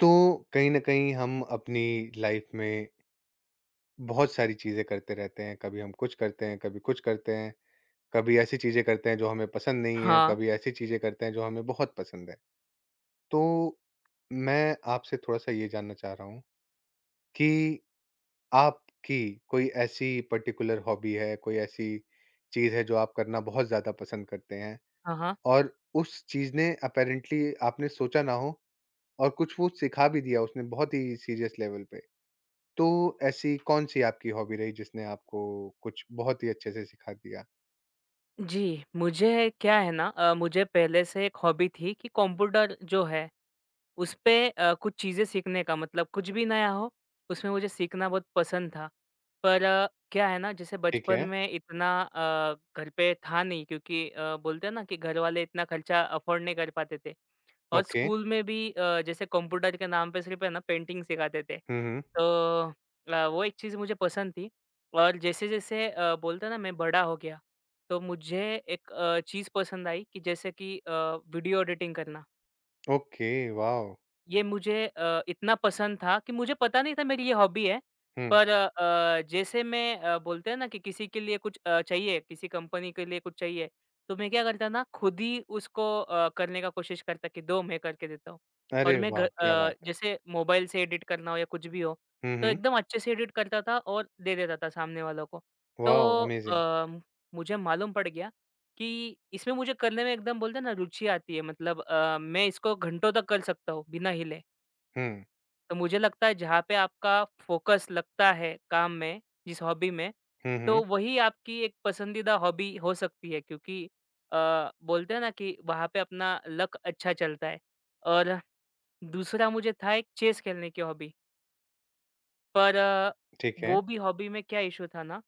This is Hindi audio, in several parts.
तो कहीं न कहीं हम अपनी लाइफ में बहुत सारी चीज़ें करते रहते हैं। कभी हम कुछ करते हैं, कभी कुछ करते हैं, कभी ऐसी चीज़ें करते हैं जो हमें पसंद नहीं है, हाँ, कभी ऐसी चीज़ें करते हैं जो हमें बहुत पसंद है। तो मैं आपसे थोड़ा-सा ये जानना चाह रहा हूँ कि आपकी कोई ऐसी पर्टिकुलर हॉबी है, कोई ऐसी चीज़ है जो आप करना बहुत ज़्यादा पसंद करते हैं हाँ, हाँ। और उस चीज़ ने अपैरेंटली आपने सोचा ना हो और कुछ वो सिखा भी दिया उसने बहुत ही सीरियस लेवल पे। तो ऐसी कौन-सी आपकी हॉबी रही जिसने आपको कुछ बहुत ही अच्छे से सिखा दिया? जी, मुझे क्या है ना मुझे पहले से एक हॉबी थी कि कंप्यूटर जो है उस पे कुछ चीज़ें सीखने का मतलब कुछ भी नया हो, उसमें मुझे सीखना बहुत पसंद था। पर क्या है ना जैसे ठीक बचपन है, में इतना घर पे था नहीं क्योंकि बोलते हैं ना कि घर वाले इतना खर्चा अफ़ोर्ड नहीं कर पाते थे और ओके। स्कूल में भी जैसे कंप्यूटर के नाम पे सिर्फ़ है ना पेंटिंग सिखाते थे। हुँ, हुँ। तो वो एक चीज़ मुझे पसंद थी और जैसे-जैसे बोलते हैं ना मैं बड़ा हो गया, तो मुझे एक चीज़ पसंद आई कि जैसे कि वीडियो एडिटिंग करना। Okay, wow! ये मुझे इतना पसंद था कि मुझे पता नहीं था मेरी ये हॉबी है। हुँ, पर जैसे मैं बोलते हैं ना कि किसी के लिए कुछ चाहिए, किसी कंपनी के लिए कुछ चाहिए, तो मैं क्या करता ना खुद ही उसको करने का कोशिश करता कि दो मैं करके देता हूँ। और अरे मैं घर वाह! क्या बात है। जैसे मोबाइल से एडिट करना हो या कुछ भी हो, हुँ, तो हुँ। एकदम अच्छे से एडिट करता था और दे देता था सामने वालों को। वॉव! तो अमेज़िंग। अ, मुझे मालूम पड़ गया कि इसमें मुझे करने में एकदम बोलते हैं ना रुचि आती है मतलब मैं इसको घंटों तक कर सकता हूँ बिना हिले। हुँ, तो मुझे लगता है जहाँ पे आपका फ़ोकस लगता है काम में, जिस हॉबी में, हुँ, हुँ। तो वही आपकी एक पसंदीदा हॉबी हो सकती है क्योंकि अ, बोलते हैं ना कि वहाँ पे अपना लक अच्छा चलता है। और दूसरा मुझे था एक चेस खेलने की हॉबी, पर ठीक है, वो भी हॉबी में क्या इश्यू था ना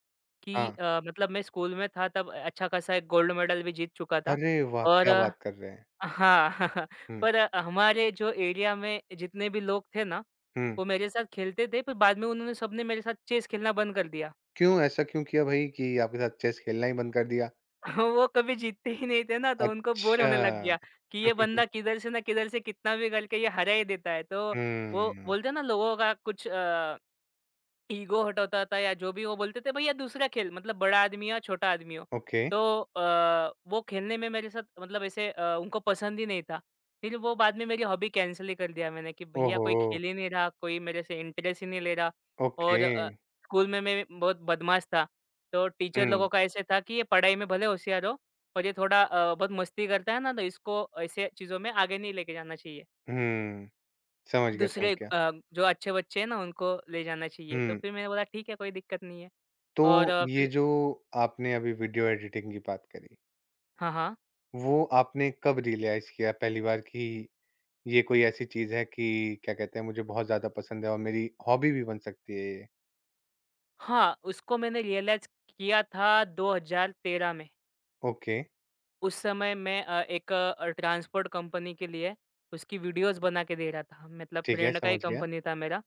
कि हाँ। मतलब मैं स्कूल में था तब अच्छा खासा एक गोल्ड मेडल भी जीत चुका था अरे वाह! और क्या बात कर रहे हैं। हाँ, हुँ, पर हमारे जो एरिया में जितने भी लोग थे ना, हुँ। वो मेरे साथ खेलते थे पर बाद में उन्होंने सबने मेरे साथ चेस खेलना बंद कर दिया। क्यों ऐसा क्यों किया भई कि आपके साथ चेस खेलना ही बंद कर दिया? वो कभी जीतते ही नहीं थे ना तो उनको बोर अच्छा। होने लग गया कि ये बंदा किधर से ना किधर से कितना भी करके ये हरा ही देता है। तो वो हुँ, बोलते हैं ना लोगों का कुछ ईगो हटाता था या जो भी वो बोलते थे भैया दूसरा खेल मतलब बड़ा आदमी हो या छोटा आदमी हो। ओके। तो वो खेलने में मेरे साथ मतलब ऐसे उनको पसंद ही नहीं था। फिर वो बाद में मेरी हॉबी कैंसल ही कर दिया मैंने कि भैया ओहो! कोई खेल ही नहीं रहा, कोई मेरे से इंटरेस्ट ही नहीं ले रहा ओके। और स्कूल में मैं बहुत बदमाश था। तो टीचर हुँ, लोगों का ऐसे था कि ये पढ़ाई में भले होशियार हो पर ये थोड़ा बहुत मस्ती करता है ना तो इसको ऐसे चीज़ों में आगे नहीं लेके जाना चाहिए। हुँ। समझ गया, समझ दूसरे गया। जो अच्छे बच्चे हैं ना उनको ले जाना चाहिए, तो हुँ। फिर मैंने बोला ठीक है कोई दिक्कत नहीं है तो और ये फिर जो आपने अभी वीडियो एडिटिंग की बात करी, हाँ, हाँ। वो आपने कब रियलाइज किया पहली बार कि ये कोई ऐसी चीज़ है कि क्या कहते हैं मुझे बहुत ज़्यादा पसंद है और मेरी हॉबी भी बन सकती है ये? हाँ, उसको मैंने रियलाइज़ किया था 2013 में। ओके, उस समय मैं एक ट्रांसपोर्ट कंपनी के लिए उसकी वीडियोस बना के दे रहा था। मतलब ठीक है, फ्रेंड का ही समझ गया। कंपनी था मेरा।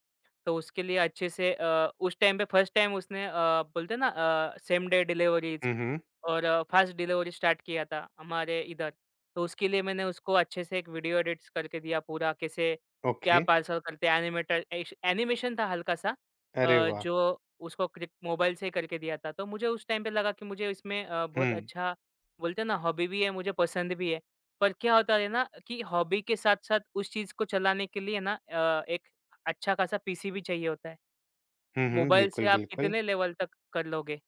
तो उसके लिए अच्छे से उस टाइम पे फर्स्ट टाइम उसने बोलते हैं ना सेम डे डिलीवरीज़ हुँ, हुँ, और फास्ट डिलीवरी स्टार्ट किया था हमारे इधर। तो उसके लिए मैंने उसको अच्छे से एक वीडियो एडिट्स करके दिया पूरा कैसे ओके। क्या पार्सल करते हैं एनिमेटेड एश एनिमेशन था हल्का-सा अरे वाह! जो उसको क्रिक मोबाइल से ही करके दिया था। तो मुझे उस टाइम पे लगा कि मुझे इसमें बहुत हुँ, अच्छा बोलते हैं ना हॉबी भी है, मुझे पसंद भी है। पर क्या होता है ना कि हॉबी के साथ-साथ उस चीज़ को चलाने के लिए ना एक अच्छा खासा पीसी भी चाहिए होता है। हुँ, हुँ, मोबाइल बिल्कुल, से आप बिल्कुल। कितने लेवल तक कर लोगे?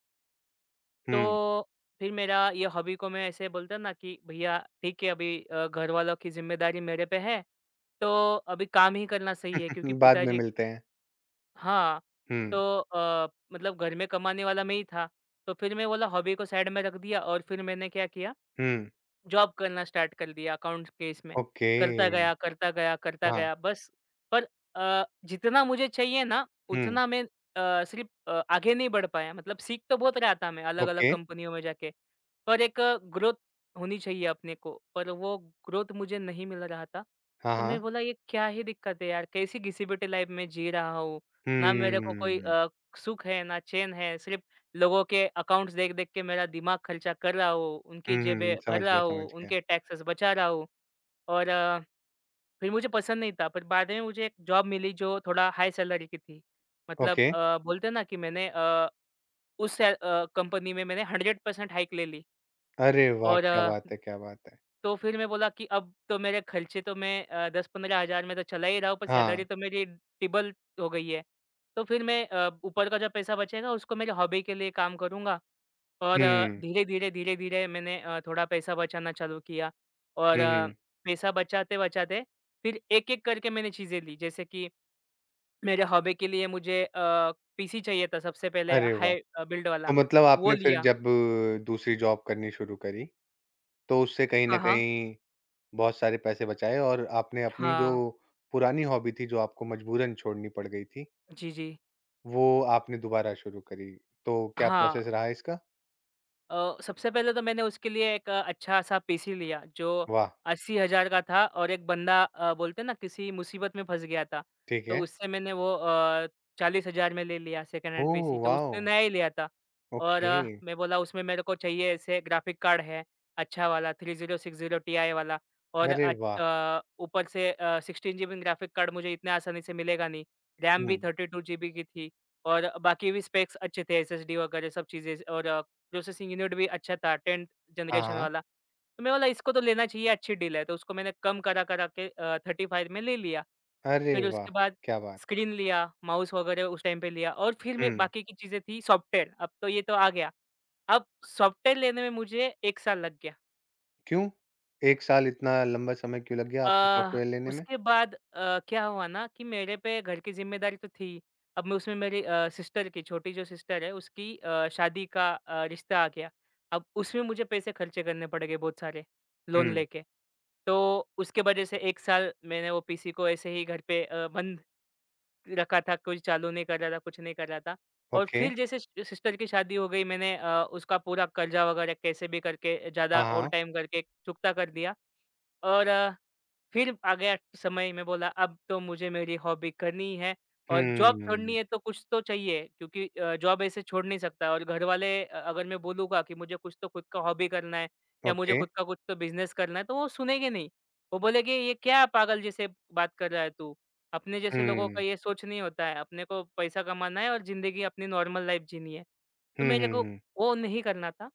हुँ, तो फिर मेरा ये हॉबी को मैं ऐसे बोलता ना कि भैया ठीक है अभी घर वालों की ज़िम्मेदारी मेरे पे है, तो अभी काम ही करना सही है क्योंकि बाद में पिताजी मिलते हैं। हाँ, हुँ, तो मतलब घर में कमाने वाला मैं ही था। तो फिर मैं बोला हॉबी को साइड में रख दिया और फिर मैंने क्या किया हुँ, जॉब करना स्टार्ट कर दिया अकाउंट्स केस में। ओके, करता गया, करता गया, करता हाँ, गया बस पर जितना मुझे चाहिए ना हुँ, उतना मैं सिर्फ़ आगे नहीं बढ़ पाया मतलब सीख तो बहुत रहा था मैं अलग-अलग ओके, कंपनियों में जाके। पर एक ग्रोथ होनी चाहिए अपने को, पर वो ग्रोथ मुझे नहीं मिल रहा था। हाँ, तो मैं हाँ, बोला ये क्या ही दिक्कत है यार? कैसी घिसी-पिटी लाइफ़ में जी रहा हूँ। ना मेरे को कोई हुँ, सुख है, ना चैन है सिर्फ़ लोगों के अकाउंट्स देख-देख के मेरा दिमाग खर्चा कर रहा हूँ, हुँ, उनकी जेबें हुँ, भर समझ रहा गया, समझ हूँ, गया। उनके टैक्सेस बचा रहा हूँ और फिर मुझे पसंद नहीं था। पर बाद में मुझे एक जॉब मिली जो थोड़ा हाई सैलरी की थी। मतलब ओके, बोलते हैं ना कि मैंने कंपनी में मैंने 100% हाइक ले ली अरे वाह! और क्या बात है, क्या बात है। तो फिर मैं बोला कि अब तो मेरे खर्चे तो मैं 10-15 हज़ार में तो चला ही रहा हूँ, पर हाँ, सैलरी तो मेरी टिबल हो गई है। तो फिर मैं ऊपर का जो पैसा बचेगा उसको मेरी हॉबी के लिए काम करूँगा और हुँ, धीरे-धीरे, धीरे-धीरे मैंने थोड़ा पैसा बचाना चालू किया और हुँ। पैसा बचाते-बचाते फिर एक-एक करके मैंने चीज़ें ली। जैसे कि मेरे हॉबी के लिए मुझे पीसी चाहिए था सबसे पहले अरे वाह! हाई बिल्ड वाला, तो मतलब वो आपने फिर लिया। जब दूसरी जॉब करनी शुरू करी, तो उससे कहीं न हाँ, हाँ। कहीं बहुत सारे पैसे बचाए और आपने अपनी जो हाँ। पुरानी हॉबी थी, जो आपको मजबूरन छोड़नी पड़ गई थी, जी, जी। वो आपने दोबारा शुरू करी। तो क्या हाँ। प्रोसेस रहा इसका? सबसे पहले तो मैंने उसके लिए एक अच्छा-सा पीसी लिया जो वाह! 80,000 का था और एक बंदा बोलते हैं ना किसी मुसीबत में फँस गया था। ठीक तो है। उससे मैंने वो 40,000 में ले लिया सेकंड हैंड ओह पीसी तो वाओ! उसने नया ही लिया था। और ओके। मैं बोला उसमें मेरे को चाहिए ऐसे ग्राफिक कार्ड है अच्छा वाला 3060 टीआई वाला और अरे वाह! ऊपर से 16 जीबी ग्राफिक कार्ड मुझे इतने आसानी से मिलेगा नहीं। रैम हुँ। भी 32 जीबी की थी और बाकी भी स्पेक्स अच्छे थे एसएसडी वगैरह सब चीज़ें और प्रोसेसिंग यूनिट भी अच्छा था 10th हाँ, जनरेशन हाँ। वाला। तो मैंने बोला इसको तो लेना चाहिए अच्छी डील है, तो उसको मैंने कम करा-करा के 35 में ले लिया। अरे फिर वाह! उसके बाद क्या बात स्क्रीन लिया, माउस वगैरह उस टाइम पे लिया और फिर है। मैं हुँ। बाकी की चीज़ें थी सॉफ्टवेयर, अब तो ये तो आ गया। अब सॉफ्टवेयर लेने में मुझे 1 साल लग गया। क्यों? 1 साल इतना लंबा समय क्यों लग गया आपको अ, सॉफ्टवेयर लेने में? उसके बाद क्या हुआ ना कि मेरे पे घर की ज़िम्मेदारी तो थी। अब मैं उसमें मेरी सिस्टर की छोटी जो सिस्टर है उसकी शादी का रिश्ता आ गया। अब उसमें मुझे पैसे खर्चे करने पड़ गए बहुत सारे, लोन हुँ, लेके। तो उसके वजह से 1 साल मैंने वो पीसी को ऐसे ही घर पे बंद रखा था, कोई चालू नहीं कर रहा था, कुछ नहीं कर रहा था। और ओके। फिर जैसे सि सिस्टर की शादी हो गई मैंने उसका पूरा कर्जा वगैरह कैसे भी करके हाँ, ज़्यादा हाँ। ओवरटाइम करके चुकता कर दिया और फिर आ गया समय मैं बोला अब तो मुझे मेरी हॉबी करनी है और जॉब हुँ, छोड़नी है तो कुछ तो चाहिए क्योंकि जॉब ऐसे छोड़ नहीं सकता और घर वाले अगर मैं बोलूँगा कि मुझे कुछ तो खुद का हॉबी करना है या मुझे ओके। खुद का कुछ तो बिजनेस करना है तो वो सुनेंगे नहीं। वो बोलेंगे ये क्या पागल जैसे बात कर रहा है तू? अपने जैसे लोगों का हुँ। ये सोच नहीं होता है, अपने को पैसा कमाना है और ज़िंदगी अपनी नॉर्मल लाइफ़ जीनी है। तो हुँ, मेरे हुँ, को हुँ। वो नहीं करना था।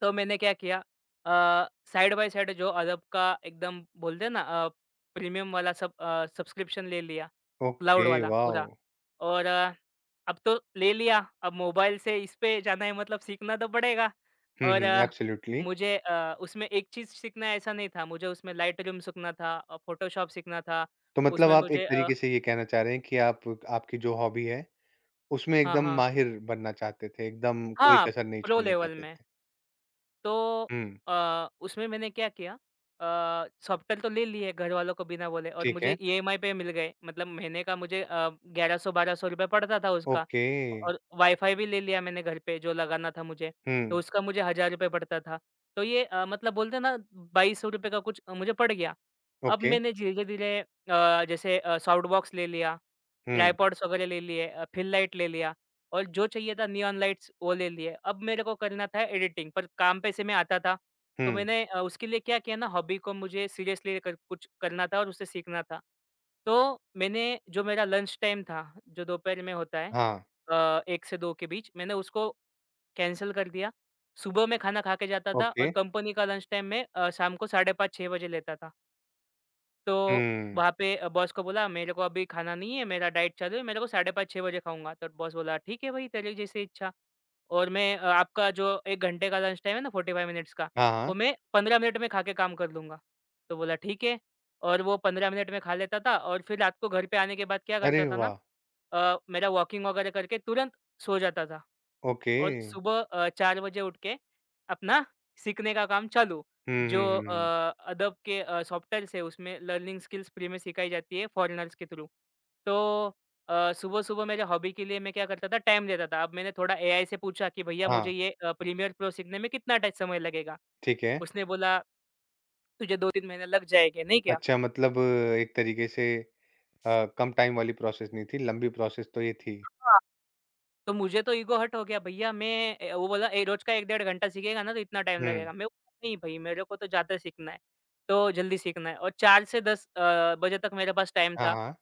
तो मैंने क्या किया साइड बाय साइड जो अरब का एकदम बोलते हैं ना प्रीमियम वाला सब सब्सक्रिप्शन ले लिया, क्लाउड ओके, वाला वॉव! पूरा। और अब तो ले लिया, अब मोबाइल से इस पे जाना है मतलब सीखना तो पड़ेगा। हुँ, और हुँ, एब्सोल्यूटली। मुझे उसमें एक चीज़ सीखना ऐसा नहीं था, मुझे उसमें लाइटरूम सीखना था, फ़ोटोशॉप सीखना था, तो मतलब उसमें आप एक मुझे तरीके से ये कहना चाह रहे हैं कि आप आपकी जो हॉबी है, उसमें हाँ, एकदम हाँ। माहिर बनना चाहते थे, एकदम कोई हाँ, कसर नहीं प्रो छोड़ना लेवल चाहते में। थे। तो हुँ, उसमें मैंने क्या किया सॉफ्टवेयर तो ले लिए घरवालों को बिना बोले और ठीक है। मुझे ईएमआई पे मिल गए मतलब महीने का मुझे 1100-1200 रुपए पड़ता था उसका। ओके। और वाईफाई भी ले लिया मैंने घर पे जो लगाना था मुझे, तो हुँ, उसका मुझे ₹1000 पड़ता था। तो ये मतलब बोलते हैं ना ₹2200 का कुछ मुझे पड़ गया। अब ओके। मैंने धीरे-धीरे जैसे साउंड बॉक्स ले लिया, हुँ, ट्राइपॉड्स वगैरह ले लिए, फिल लाइट ले लिया। और जो चाहिए था नियॉन लाइट्स वो ले लिए। अब मेरे को करना था एडिटिंग पर काम पे से मैं आता था, तो हुँ। मैंने उसके लिए क्या किया ना हॉबी को मुझे सीरियसली लेकर कुछ करना था और उसे सीखना था। तो मैंने जो मेरा लंच टाइम था, जो दोपहर में होता है हाँ, 1 से 2 के बीच, मैंने उसको कैंसल कर दिया। सुबह मैं खाना खा के जाता था ओके। और कंपनी का लंच टाइम मैं शाम को 5:30-6 बजे लेता था। तो हुँ। वहाँ पे बॉस को बोला मेरे को अभी खाना नहीं है, मेरा डाइट चालू है, मेरे को 5:30-6 बजे खाऊँगा। तो बॉस बोला ठीक है भाई तेरी जैसी इच्छा। और मैं आपका जो 1 घंटे का लंच टाइम है ना 45 मिनट्स का, हाँ, वो हाँ। मैं 15 मिनट में खा के काम कर लूँगा। तो बोला ठीक है और वो 15 मिनट में खा लेता था और फिर रात को घर पे आने के बाद क्या करता अरे था ना वाह! मेरा वॉकिंग वगैरह करके तुरंत सो जाता था। ओके। और सुबह 4 बजे उठ के अपना सीखने का काम चालू। हुँ, जो हुँ, हुँ, हुँ। अदब के सॉफ्टवेयर्स है उसमें लर्निंग स्किल्स फ्री में सिखाई जाती है फॉरेनर्स के थ्रू। तो सुबह-सुबह मेरे हॉबी के लिए मैं क्या करता था टाइम देता था। अब मैंने थोड़ा एआई से पूछा कि भैया हाँ, मुझे ये प्रीमियर प्रो सीखने में कितना ट समय लगेगा? ठीक है। उसने बोला तुझे 2-3 महीने लग जाएँगे, नहीं क्या? अच्छा मतलब एक तरीके से कम टाइम वाली प्रोसेस नहीं थी, लंबी प्रोसेस तो ये थी। तो मुझे तो ईगो हर्ट हो गया भैया मैं वो बोला रोज का 1 डेढ़ घंटा सीखेगा ना तो इतना टाइम हुँ। लगेगा। मैं बोला नहीं भई मेरे को तो ज़्यादा सीखना है, तो जल्दी सीखना है और 4 से 10 बजे तक मेरे पास टाइम हाँ, था। हाँ।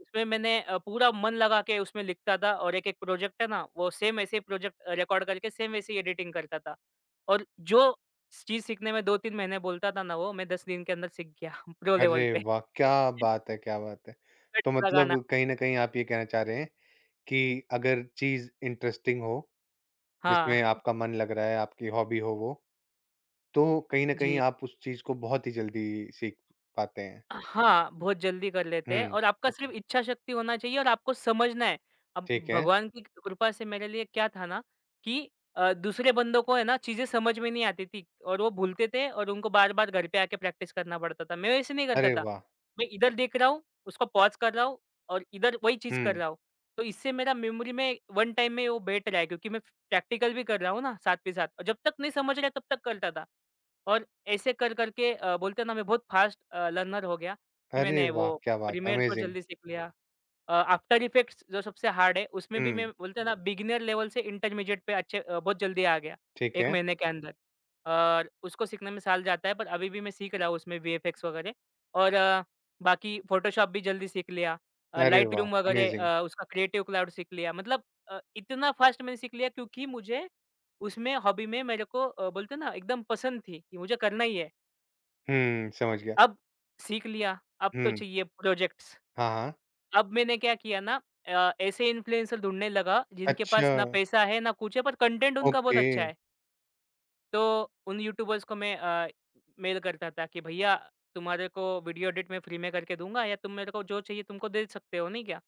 उसमें मैंने पूरा मन लगा के उसमें लिखता था और एक-एक प्रोजेक्ट है ना वो सेम ऐसे ही प्रोजेक्ट रिकॉर्ड करके सेम वैसे ही एडिटिंग करता था। और जो चीज़ सीखने में 2-3 महीने बोलता था ना वो मैं 10 दिन के अंदर सीख गया प्रो अरे लेवल पे। वाह! क्या बात है, क्या बात है। तो कट्स लगाना। मतलब कहीं न कहीं आप ये कहना चाह रहे हैं कि अगर चीज़ इंटरेस्टिंग हो, जिसमें हाँ, आपका मन लग रहा है, आपकी हॉबी हो वो, तो कहीं न कहीं जी। आप उस चीज़ को बहुत ही जल्दी सीख पाते हैं। हाँ, बहुत जल्दी कर लेते हैं हुँ, और आपका सिर्फ़ इच्छा शक्ति होना चाहिए और आपको समझना है। अब ठीक है। भगवान की कृपा से मेरे लिए क्या था ना कि दूसरे बंदों को है ना चीज़ें समझ में नहीं आती थी और वो भूलते थे और उनको बार-बार घर पे आके प्रैक्टिस करना पड़ता था। मैं वैसे नहीं करता अरे था। वाह! मैं इधर देख रहा हूँ, उसको पॉज़ कर रहा हूँ और इधर वही चीज़ कर हुँ। रहा हूँ। तो इससे मेरा मेमोरी में वन टाइम में वो बैठ रहा है क्योंकि मैं प्रैक्टिकल भी कर रहा हूँ ना साथ पे साथ और जब तक नहीं समझ रहा तब तक करता था। और ऐसे कर कर के बोलते हैं ना मैं बहुत फास्ट लर्नर हो गया कि अरे मैंने वाह! वो क्या बात है, प्रीमियर प्रो अमेज़िंग। जल्दी सीख लिया। आफ्टर इफेक्ट्स जो सबसे हार्ड है उसमें भी हुँ, मैं बोलते हैं ना बिगिनर लेवल से इंटरमीडिएट पे अच्छे बहुत जल्दी आ गया ठीक 1 है। महीने के अंदर और उसको सीखने में साल जाता है पर अभी भी मैं सीख रहा हूँ उसमें वीएफएक्स वगैरह और बाकी फ़ोटोशॉप भी जल्दी सीख लिया। अरे वाह! लाइटरूम वगैरह अमेज़िंग। उसका क्रिएटिव क्लाउड सीख लिया। मतलब इतना फ़ास्ट मैंने सीख लिया क्योंकि मुझे उसमें हॉबी में मेरे को बोलते हैं ना एकदम पसंद थी कि मुझे करना ही है। हुँ, समझ गया। अब सीख लिया, अब तो हुँ, चाहिए प्रोजेक्ट्स। हाँ, हाँ। अब मैंने क्या किया ना ऐसे इन्फ्लुएंसर ढूँढने लगा जिनके अच्छा, पास ना पैसा है, ना कुछ है पर कंटेंट उनका बहुत ओके। अच्छा है। तो उन यूट्यूबर्स को मैं मेल करता था कि भैया तुम्हारे को वीडियो एडिट मैं फ्री में करके दूंगा या तुम मेरे को जो चाहिए तुमको दे सकते हो नहीं क्या?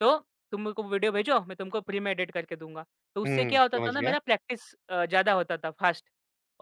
तो तुम मेरे को वीडियो भेजो मैं तुमको फ्री में एडिट करके दूंगा। तो उससे हुँ, क्या होता था समझ ना गया। मेरा प्रैक्टिस ज़्यादा होता था फास्ट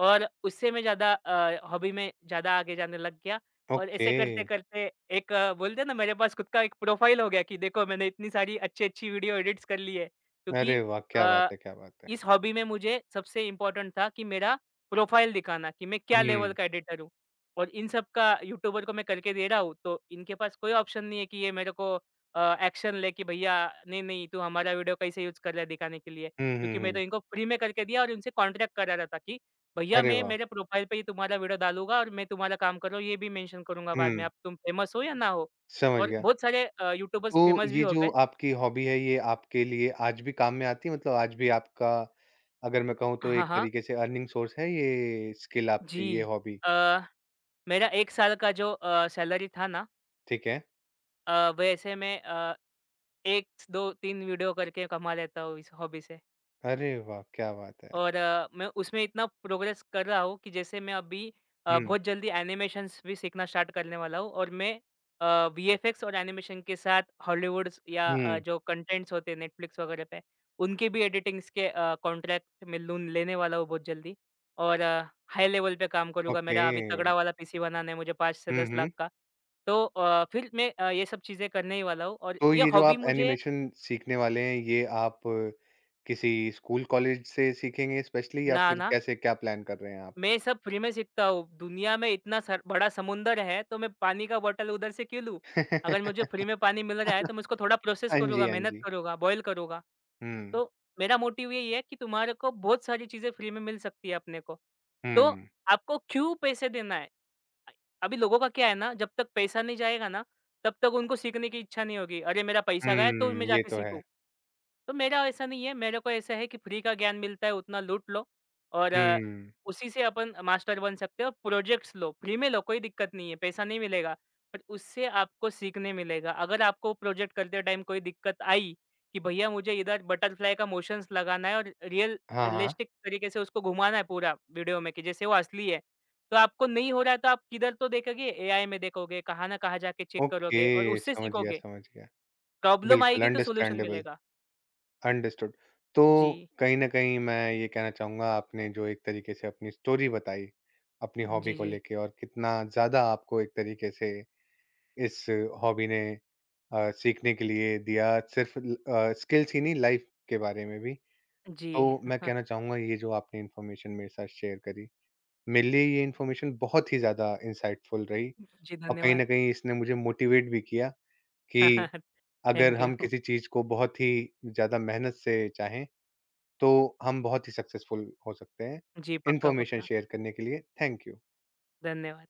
और उससे मैं ज़्यादा हॉबी में ज़्यादा आगे जाने लग गया। और ओके। ऐसे करते-करते एक बोलते हैं ना मेरे पास खुद का एक प्रोफाइल हो गया कि देखो मैंने इतनी सारी अच्छी-अच्छी वीडियो एडिट्स कर ली है। क्योंकि अरे वाह! क्या अ, बात है, क्या बात है। इस हॉबी में मुझे सबसे इम्पोर्टेंट था कि मेरा प्रोफाइल दिखाना कि मैं क्या हुँ। लेवल का एडिटर हूँ और इन सब का यूट्यूबर को मैं करके दे रहा हूँ, तो इनके पास कोई ऑप्शन नहीं है कि ये मेरे को एक्शन ले कि भैया नहीं, नहीं तू हमारा वीडियो कैसे यूज़ कर रहा है दिखाने के लिए। हुँ, क्योंकि हुँ, मैं तो हुँ। इनको फ्री में करके दिया और इनसे कॉन्ट्रैक्ट करा रहा था कि भैया अरे मैं वाह! मेरे प्रोफाइल पे ही तुम्हारा वीडियो डालूँगा और मैं तुम्हारा काम कर रहा हूँ ये भी मेंशन करूँगा बाद में, हुँ, अब तुम फेमस हो या ना हो। समझ और गया। बहुत सारे यूट्यूबर्स तो फेमस भी ये हो जो गए। आपकी हॉबी है, ये आपके लिए आज भी काम में आती है? मतलब आज भी आपका अगर मैं कहूँ तो हाँ, एक हाँ। तरीके से अर्निंग सोर्स है ये स्किल आपकी, ये जी। हॉबी? अ, मेरा 1 साल का जो सैलरी था ना ठीक है। वैसे में 1 2 3 वीडियो करके कमा लेता हूँ इस हॉबी से। अरे वाह! क्या बात है। और मैं उसमें इतना प्रोग्रेस कर रहा हूँ कि जैसे मैं अभी हुँ, बहुत जल्दी एनिमेशंस भी सीखना स्टार्ट करने वाला हूँ और मैं वीएफएक्स और एनिमेशन के साथ हॉलीवुड्स या हुँ, जो कंटेंट्स होते हैं नेटफ्लिक्स वगैरह पे, उनके भी एडिटिंग्स के कॉन्ट्रैक्ट मैं लून लेने वाला हूँ बहुत जल्दी। और हाई लेवल पे काम करूँगा। ओके। मेरा अभी तगड़ा वाला पीसी बनाना है मुझे 5 से हुँ, 10 लाख हुँ। का। तो फिर मैं ये सब चीज़ें करने ही वाला हूँ और तो ये ये जो हॉबी आप मुझे एनिमेशन सीखने वाले हैं, ये आप किसी स्कूल कॉलेज से सीखेंगे स्पेशली या ना, फिर ना कैसे क्या प्लान कर रहे हैं आप? मैं सब फ्री में सीखता हूँ। दुनिया में इतना सर बड़ा समुंदर है, तो मैं पानी का बॉटल उधर से क्यों लूँ? अगर मुझे फ्री में पानी मिल रहा है, तो मैं उसको थोड़ा प्रोसेस हाँ जी, करूँगा, हाँ मेहनत जी। करूँगा, बॉयल करूँगा। हुँ, तो मेरा मोटिव यही है कि तुम्हारे को बहुत सारी चीज़ें फ्री में मिल सकती है अपने को। तो हुँ, आपको क्यों पैसे देना है? अ, अभी लोगों का क्या है ना, जब तक पैसा नहीं जाएगा ना, तब तक उनको सीखने की इच्छा नहीं होगी। अरे मेरा पैसा गया तो हुँ, मैं ये जाके तो है। सीखूँ। तो मेरा ऐसा नहीं है, मेरे को ऐसा है कि फ्री का ज्ञान मिलता है उतना लूट लो और हुँ, उसी से अपन मास्टर बन सकते हो। प्रोजेक्ट्स लो, फ्री में लो कोई दिक्कत नहीं है, पैसा नहीं मिलेगा, बट उससे आपको सीखने मिलेगा। अगर आपको प्रोजेक्ट करते टाइम कोई दिक्कत आई कि भैया मुझे इधर बटरफ्लाई का मोशंस लगाना है और हाँ, हाँ। रियलिस्टिक तरीके से उसको घुमाना है पूरा वीडियो में कि जैसे वो असली है। तो आपको नहीं हो रहा है तो आप किधर तो देखोगे, एआई में देखोगे, कहाँ ना कहाँ जाके चेक करोगे और ओके, उससे समझ गया, सीखोगे। समझ गया। प्रॉब्लम बिल्कुल आएगी तो सॉल्यूशन अंडरस्टैंडेबल, मिलेगा। अंडरस्टूड। तो जी। कहीं न कहीं मैं ये कहना चाहूँगा आपने जो एक तरीके से अपनी स्टोरी बताई, अपनी हॉबी जी, को जी। लेके और कितना ज़्यादा आपको एक तरीके से इस हॉबी ने सीखने के लिए दिया सिर्फ स्किल्स ही नहीं लाइफ के बारे में भी। जी। तो मैं कहना चाहूँगा ये जो आपने इन्फॉर्मेशन मेरे साथ शेयर करी, मेरे लिए ये इन्फॉर्मेशन बहुत ही ज़्यादा इंसाइटफुल रही जी, और कहीं न धन्यवाद। कहीं इसने मुझे मोटिवेट भी किया कि अगर थैंक यू। हम किसी चीज़ को बहुत ही ज़्यादा मेहनत से चाहें, तो हम बहुत ही सक्सेसफुल हो सकते हैं। जी, पक्का, इन्फॉर्मेशन पक्का। शेयर करने के लिए थैंक यू। धन्यवाद।